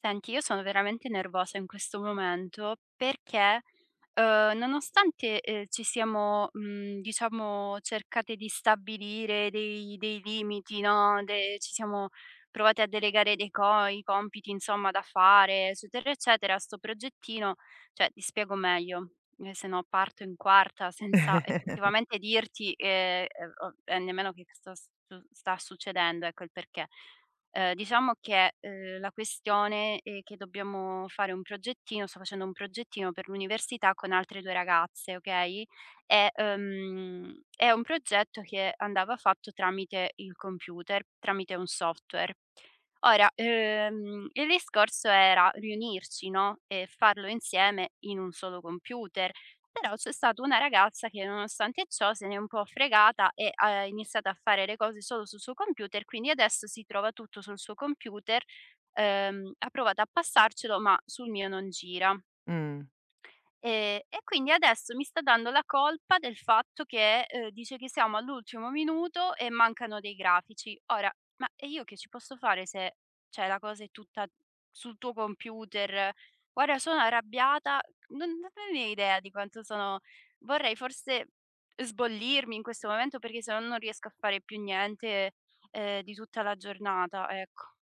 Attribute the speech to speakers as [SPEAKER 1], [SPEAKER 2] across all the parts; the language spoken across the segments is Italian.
[SPEAKER 1] Senti, io sono veramente nervosa in questo momento perché, nonostante, ci siamo, diciamo cercate di stabilire dei limiti, no, de ci siamo provate a delegare dei co i compiti insomma da fare, eccetera, eccetera, sto progettino, cioè ti spiego meglio. Se no parto in quarta senza effettivamente dirti, o e nemmeno che sta succedendo, ecco il perché. Diciamo che, la questione è che dobbiamo fare un progettino, sto facendo un progettino per l'università con altre 2 ragazze, okay, e, è un progetto che andava fatto tramite il computer, tramite un software. Ora, il discorso era riunirci, no, e farlo insieme in un solo computer. Però c'è stata una ragazza che nonostante ciò se n'è un po' fregata e ha iniziato a fare le cose solo sul suo computer, quindi adesso si trova tutto sul suo computer. Ha provato a passarcelo, ma sul mio non gira.
[SPEAKER 2] Mh.
[SPEAKER 1] E quindi adesso mi sta dando la colpa del fatto che, dice che siamo all'ultimo minuto e mancano dei grafici. Ora, ma e io che ci posso fare se, cioè, la cosa è tutta sul tuo computer? Guarda, sono arrabbiata, non avevi idea di quanto sono, vorrei forse sbollirmi in questo momento perché se no non riesco a fare più niente, di tutta la giornata, ecco.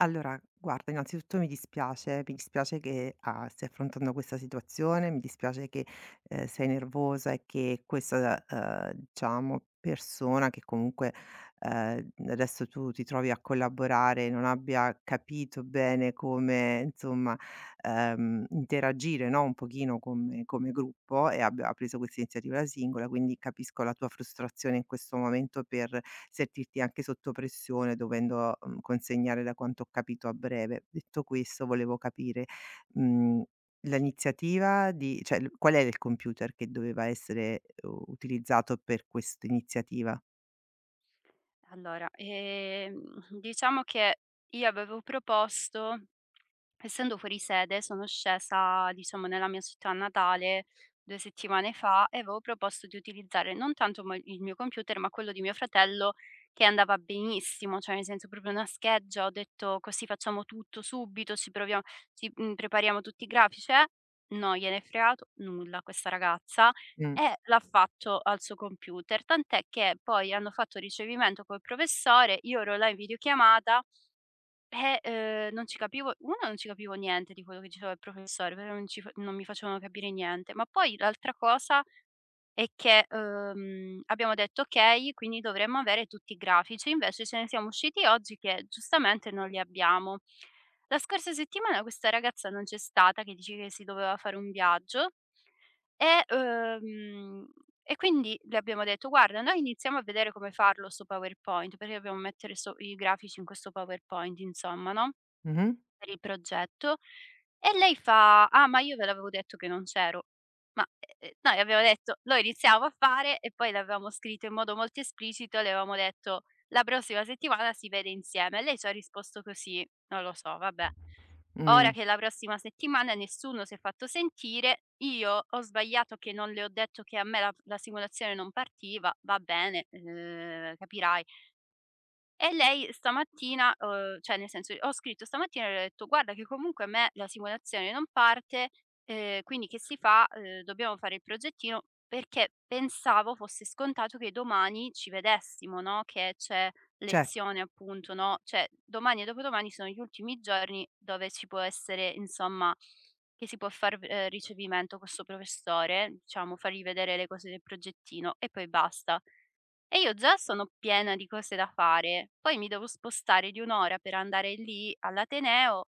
[SPEAKER 2] Allora, guarda, innanzitutto mi dispiace che, stai affrontando questa situazione, mi dispiace che, sei nervosa e che questa, diciamo, persona che comunque, adesso tu ti trovi a collaborare, non abbia capito bene come, insomma, interagire, no, un pochino come gruppo e abbia ha preso questa iniziativa da singola, quindi capisco la tua frustrazione in questo momento per sentirti anche sotto pressione dovendo, consegnare da quanto ho capito a breve. Detto questo volevo capire, mhmm, l'iniziativa di cioè l qual era il computer che doveva essere u utilizzato per quest'iniziativa?
[SPEAKER 1] Allora, diciamo che io avevo proposto, essendo fuori sede sono scesa, diciamo, nella mia città natale 2 settimane fa e avevo proposto di utilizzare non tanto mo il mio computer, ma quello di mio fratello che andava benissimo, cioè nel senso proprio una scheggia, ho detto: "Così facciamo tutto subito, ci proviamo, ci, prepariamo tutti i grafici, eh." Non gliene è fregato nulla a questa ragazza
[SPEAKER 2] Mh.
[SPEAKER 1] e l'ha fatto al suo computer, tant'è che poi hanno fatto ricevimento col professore, io ero là in videochiamata, non ci capivo 1, non ci capivo niente di quello che diceva il professore, però non ci fa non mi facevano capire niente. Ma poi l'altra cosa e che, abbiamo detto: "Okay, quindi dovremmo avere tutti i grafici", invece ce ne siamo usciti oggi che giustamente non li abbiamo. La scorsa settimana questa ragazza non c'è stata, che dice che si doveva fare un viaggio e, uhm, e quindi le abbiamo detto: "Guarda, noi iniziamo a vedere come farlo 'sto PowerPoint", perché dobbiamo mettere i grafici in questo PowerPoint insomma, no?
[SPEAKER 2] Mh-mh.
[SPEAKER 1] Per il progetto. E lei fa: "Ah, ma io ve l'avevo detto che non c'ero". Ma, noi abbiamo detto: "Lo iniziamo a fare" e poi l'avevamo scritto in modo molto esplicito, le avevamo detto: "La prossima settimana si vede insieme". E lei ci ha risposto così, non lo so, vabbè. Ora
[SPEAKER 2] Mh.
[SPEAKER 1] che la prossima settimana nessuno si è fatto sentire, io ho sbagliato che non le ho detto che a me la simulazione non partiva, va bene, capirai. E lei stamattina, cioè nel senso ho scritto stamattina e le ho detto: "Guarda che comunque a me la simulazione non parte, quindi che si fa? Dobbiamo fare il progettino", perché pensavo fosse scontato che domani ci vedessimo, no, che c'è
[SPEAKER 2] Cer
[SPEAKER 1] lezione appunto, no, cioè domani e dopodomani sono gli ultimi giorni dove ci può essere insomma che si può far v ricevimento con 'sto professore, diciamo, fargli vedere le cose del progettino e poi basta. E io già sono piena di cose da fare, poi mi devo spostare di 1 ora per andare lì all'ateneo,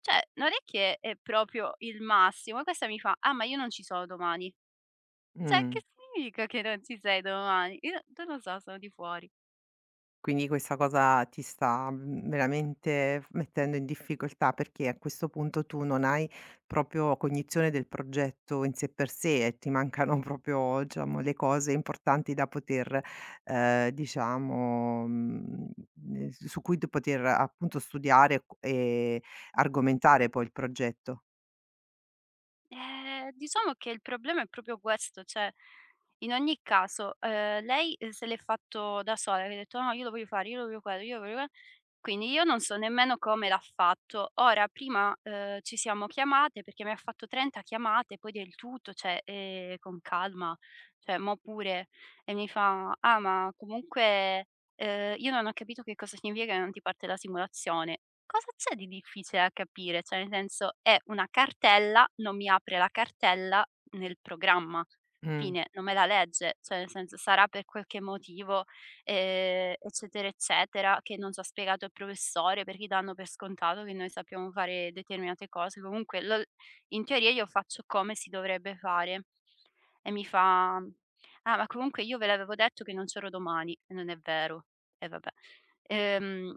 [SPEAKER 1] cioè non è che è proprio il massimo. E questa mi fa: "Ah, ma io non ci sono domani". Cioè,
[SPEAKER 2] Mh.
[SPEAKER 1] che significa che non ci sei domani? Io non lo so, sono di fuori.
[SPEAKER 2] Quindi questa cosa ti sta, veramente f mettendo in difficoltà, perché a questo punto tu non hai proprio cognizione del progetto in sé per sé e ti mancano proprio, diciamo, le cose importanti da poter, diciamo, s su cui tu poter appunto studiare, q e argomentare poi il progetto.
[SPEAKER 1] Diciamo che il problema è proprio questo, cioè in ogni caso, lei, se l'è fatto da sola, che ha detto: "No, io lo voglio fare, io lo voglio quello, io lo voglio que—" Quindi io non so nemmeno come l'ha fatto. Ora prima, ci siamo chiamate perché mi ha fatto 30 chiamate, poi del tutto, cioè, con calma, cioè mo pure. E mi fa: "Ah, ma comunque, io non ho capito che cosa significa che non ti parte la simulazione". Cosa c'è di difficile a capire? Cioè nel senso è una cartella, non mi apre la cartella nel programma.
[SPEAKER 2] Mh.
[SPEAKER 1] Fine, non me la legge, cioè nel senso sarà per qualche motivo, eccetera, eccetera, che non so ha spiegato il professore perché danno per scontato che noi sappiamo fare determinate cose. Comunque, lo in teoria io faccio come si dovrebbe fare. E mi fa: "Ah, ma comunque io ve l'avevo detto che non c'ero domani". E non è vero. E vabbè. Ehm,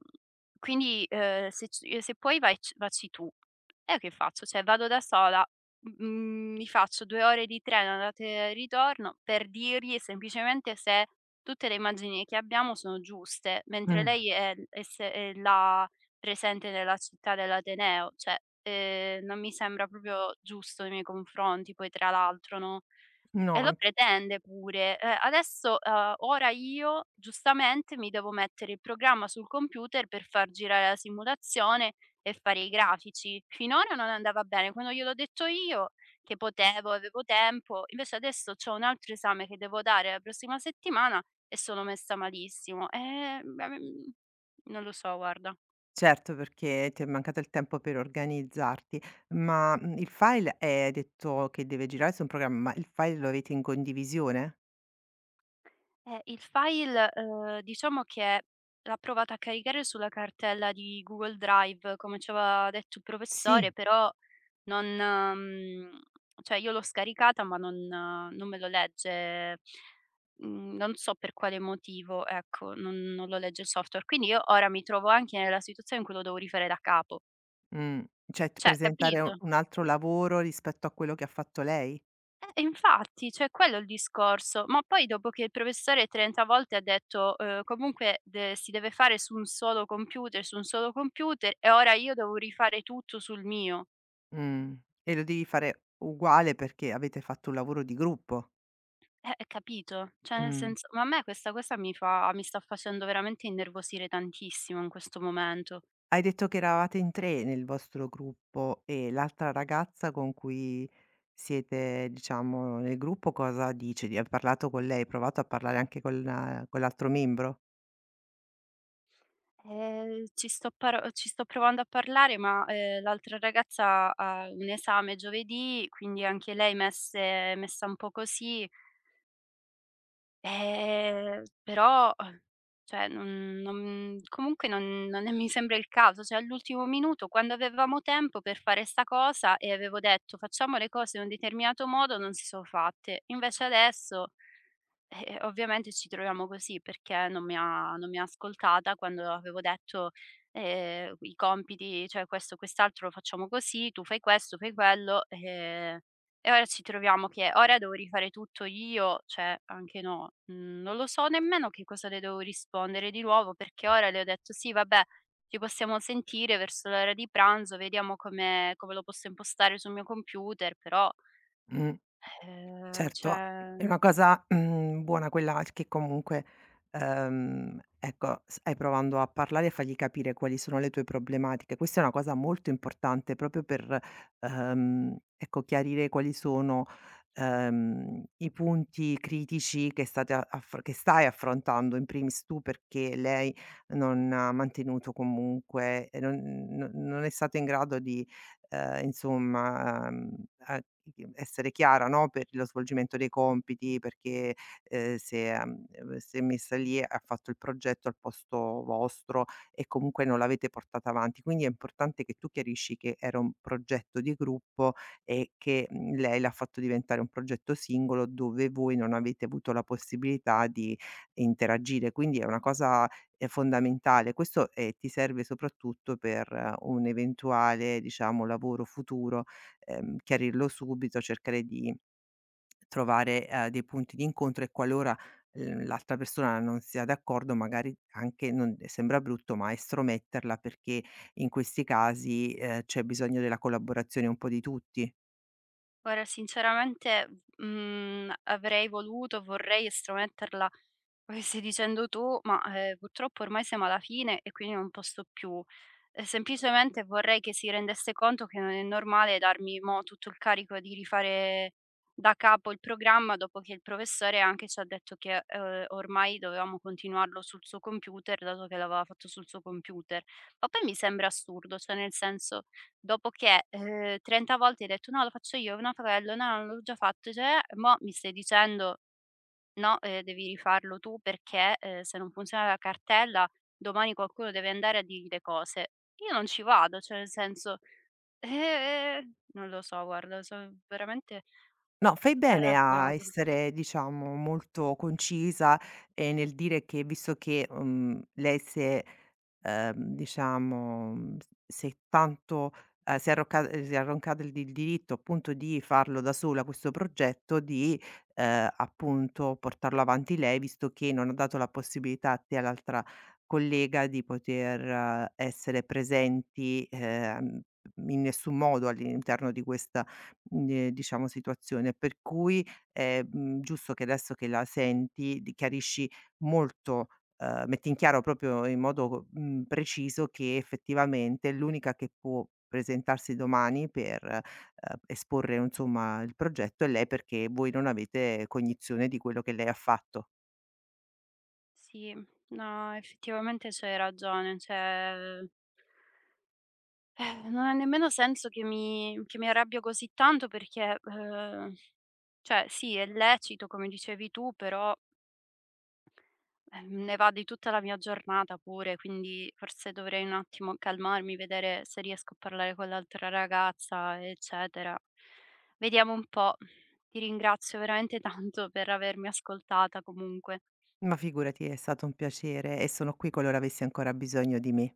[SPEAKER 1] quindi, "Se c se puoi vai c vacci tu". E io che faccio? Cioè vado da sola, m mi faccio 2 ore di treno andata e ritorno per dirgli semplicemente se tutte le immagini che abbiamo sono giuste, mentre
[SPEAKER 2] Mh.
[SPEAKER 1] lei è, se è là presente nella città dell'ateneo, cioè, non mi sembra proprio giusto nei miei confronti poi tra l'altro, no, e
[SPEAKER 2] no
[SPEAKER 1] lo
[SPEAKER 2] inf
[SPEAKER 1] pretende pure. Adesso, ora io giustamente mi devo mettere il programma sul computer per far girare la simulazione e fare i grafici. Finora non andava bene, quando gliel'ho detto io che potevo, avevo tempo, invece adesso c'ho un altro esame che devo dare la prossima settimana e sono messa malissimo. Beh, non lo so guarda.
[SPEAKER 2] Certo, perché ti è mancato il tempo per organizzarti. Ma, il file, hai detto che deve girare su un programma, ma il file lo avete in condivisione?
[SPEAKER 1] Il file, diciamo che l'ha provato a caricare sulla cartella di Google Drive, come ci aveva detto il
[SPEAKER 2] Sì.
[SPEAKER 1] professore, però non cioè io l'ho scaricata ma non, non me lo legge, non so per quale motivo, ecco, non lo legge il software. Quindi io ora mi trovo anche nella situazione in cui lo devo rifare da capo.
[SPEAKER 2] Mh, cioè t
[SPEAKER 1] Cioè,
[SPEAKER 2] presentare u
[SPEAKER 1] capito?
[SPEAKER 2] un altro lavoro rispetto a quello che ha fatto lei?
[SPEAKER 1] Infatti, cioè quello è il discorso. Ma poi dopo che il professore 30 volte ha detto, comunque de si deve fare su un solo computer, su un solo computer e ora io devo rifare tutto sul mio.
[SPEAKER 2] Mh, e lo devi fare uguale perché avete fatto un lavoro di gruppo.
[SPEAKER 1] Capito? Cioè nel
[SPEAKER 2] Mh.
[SPEAKER 1] senso, ma a me questa cosa mi sta facendo veramente innervosire tantissimo in questo momento.
[SPEAKER 2] Hai detto che eravate in 3 nel vostro gruppo e l'altra ragazza con cui siete, diciamo, nel gruppo cosa dice? Di Hai parlato con lei? Hai provato a parlare anche con la con l'altro membro?
[SPEAKER 1] Ci sto provando a parlare, ma, l'altra ragazza ha un esame giovedì, quindi anche lei messe messa un po' così. Però, cioè non comunque non è, mi sembra il caso, cioè all'ultimo minuto quando avevamo tempo per fare 'sta cosa e avevo detto: "Facciamo le cose in un determinato modo", non si so' fatte. Invece adesso, ovviamente ci troviamo così perché non mi ha ascoltata quando avevo detto, i compiti, cioè questo, quest'altro lo facciamo così, tu fai questo, fai quello, e ora ci troviamo che ora devo rifare tutto io, cioè anche no. Mhmm, Non lo so nemmeno che cosa le devo rispondere di nuovo perché ora le ho detto: "Sì vabbè, ci possiamo sentire verso l'ora di pranzo, vediamo come lo posso impostare sul mio computer", però,
[SPEAKER 2] Certo,
[SPEAKER 1] cioè...
[SPEAKER 2] è una cosa, buona quella che comunque, ecco, stai provando a parlare e fargli capire quali sono le tue problematiche. Questa è una cosa molto importante proprio per, ecco, chiarire quali sono, i punti critici che state a affr che stai affrontando in primis tu, perché lei non ha mantenuto comunque e non non è stata in grado di insomma, a essere chiara, no, per lo svolgimento dei compiti, perché, se, si è messa lì e ha fatto il progetto al posto vostro e comunque non l'avete portata avanti. Quindi è importante che tu chiarisci che era un progetto di gruppo e che, lei l'ha fatto diventare un progetto singolo dove voi non avete avuto la possibilità di interagire. Quindi è una cosa è fondamentale. Questo, ti serve soprattutto per un eventuale, diciamo, lavoro futuro, chiarirlo subito, cercare di trovare, dei punti di incontro e qualora, l'altra persona non sia d'accordo, magari anche non sembra brutto, ma estrometterla perché in questi casi, c'è bisogno della collaborazione un po' di tutti.
[SPEAKER 1] Guarda, sinceramente, avrei voluto, vorrei estrometterla come stai dicendo tu, ma, purtroppo ormai siamo alla fine e quindi non posso più. Semplicemente vorrei che si rendesse conto che non è normale darmi mo' tutto il carico di rifare da capo il programma, dopo che il professore anche ci ha detto che, ormai dovevamo continuarlo sul suo computer, dato che l'aveva fatto sul suo computer. Ma poi mi sembra assurdo, cioè nel senso, dopo che, 30 volte hai detto: "No, lo faccio io, no fratello, no, l'ho già fatto", cioè, mo' mi stai dicendo: "No, devi rifarlo tu perché, se non funziona la cartella domani qualcuno deve andare a dirgli le cose". Io non ci vado, cioè nel senso, non lo so guarda, son veramente
[SPEAKER 2] No, fai bene a
[SPEAKER 1] arrabbiata.
[SPEAKER 2] essere diciamo molto concisa, nel dire che visto che, lei si è, diciamo, s si è tanto si è arroccata il diritto appunto di farlo da sola questo progetto, di, appunto portarlo avanti lei, visto che non ha dato la possibilità a te e all'altra collega di poter essere presenti, in nessun modo all'interno di questa diciamo situazione, per cui è, giusto che adesso che la senti di chiarisci molto metti in chiaro proprio in modo, preciso che effettivamente l'unica che può presentarsi domani per, esporre insomma il progetto è lei, perché voi non avete cognizione di quello che lei ha fatto.
[SPEAKER 1] Sì, no, effettivamente c'hai ragione, cioè, non ha nemmeno senso che mi arrabbio così tanto perché, cioè sì è lecito come dicevi tu, però, eh, ne va di tutta la mia giornata pure, quindi forse dovrei un attimo calmarmi, vedere se riesco a parlare con l'altra ragazza, eccetera. Vediamo un po'. Ti ringrazio veramente tanto per avermi ascoltata comunque.
[SPEAKER 2] Ma figurati, è stato un piacere e sono qui qualora avessi ancora bisogno di me.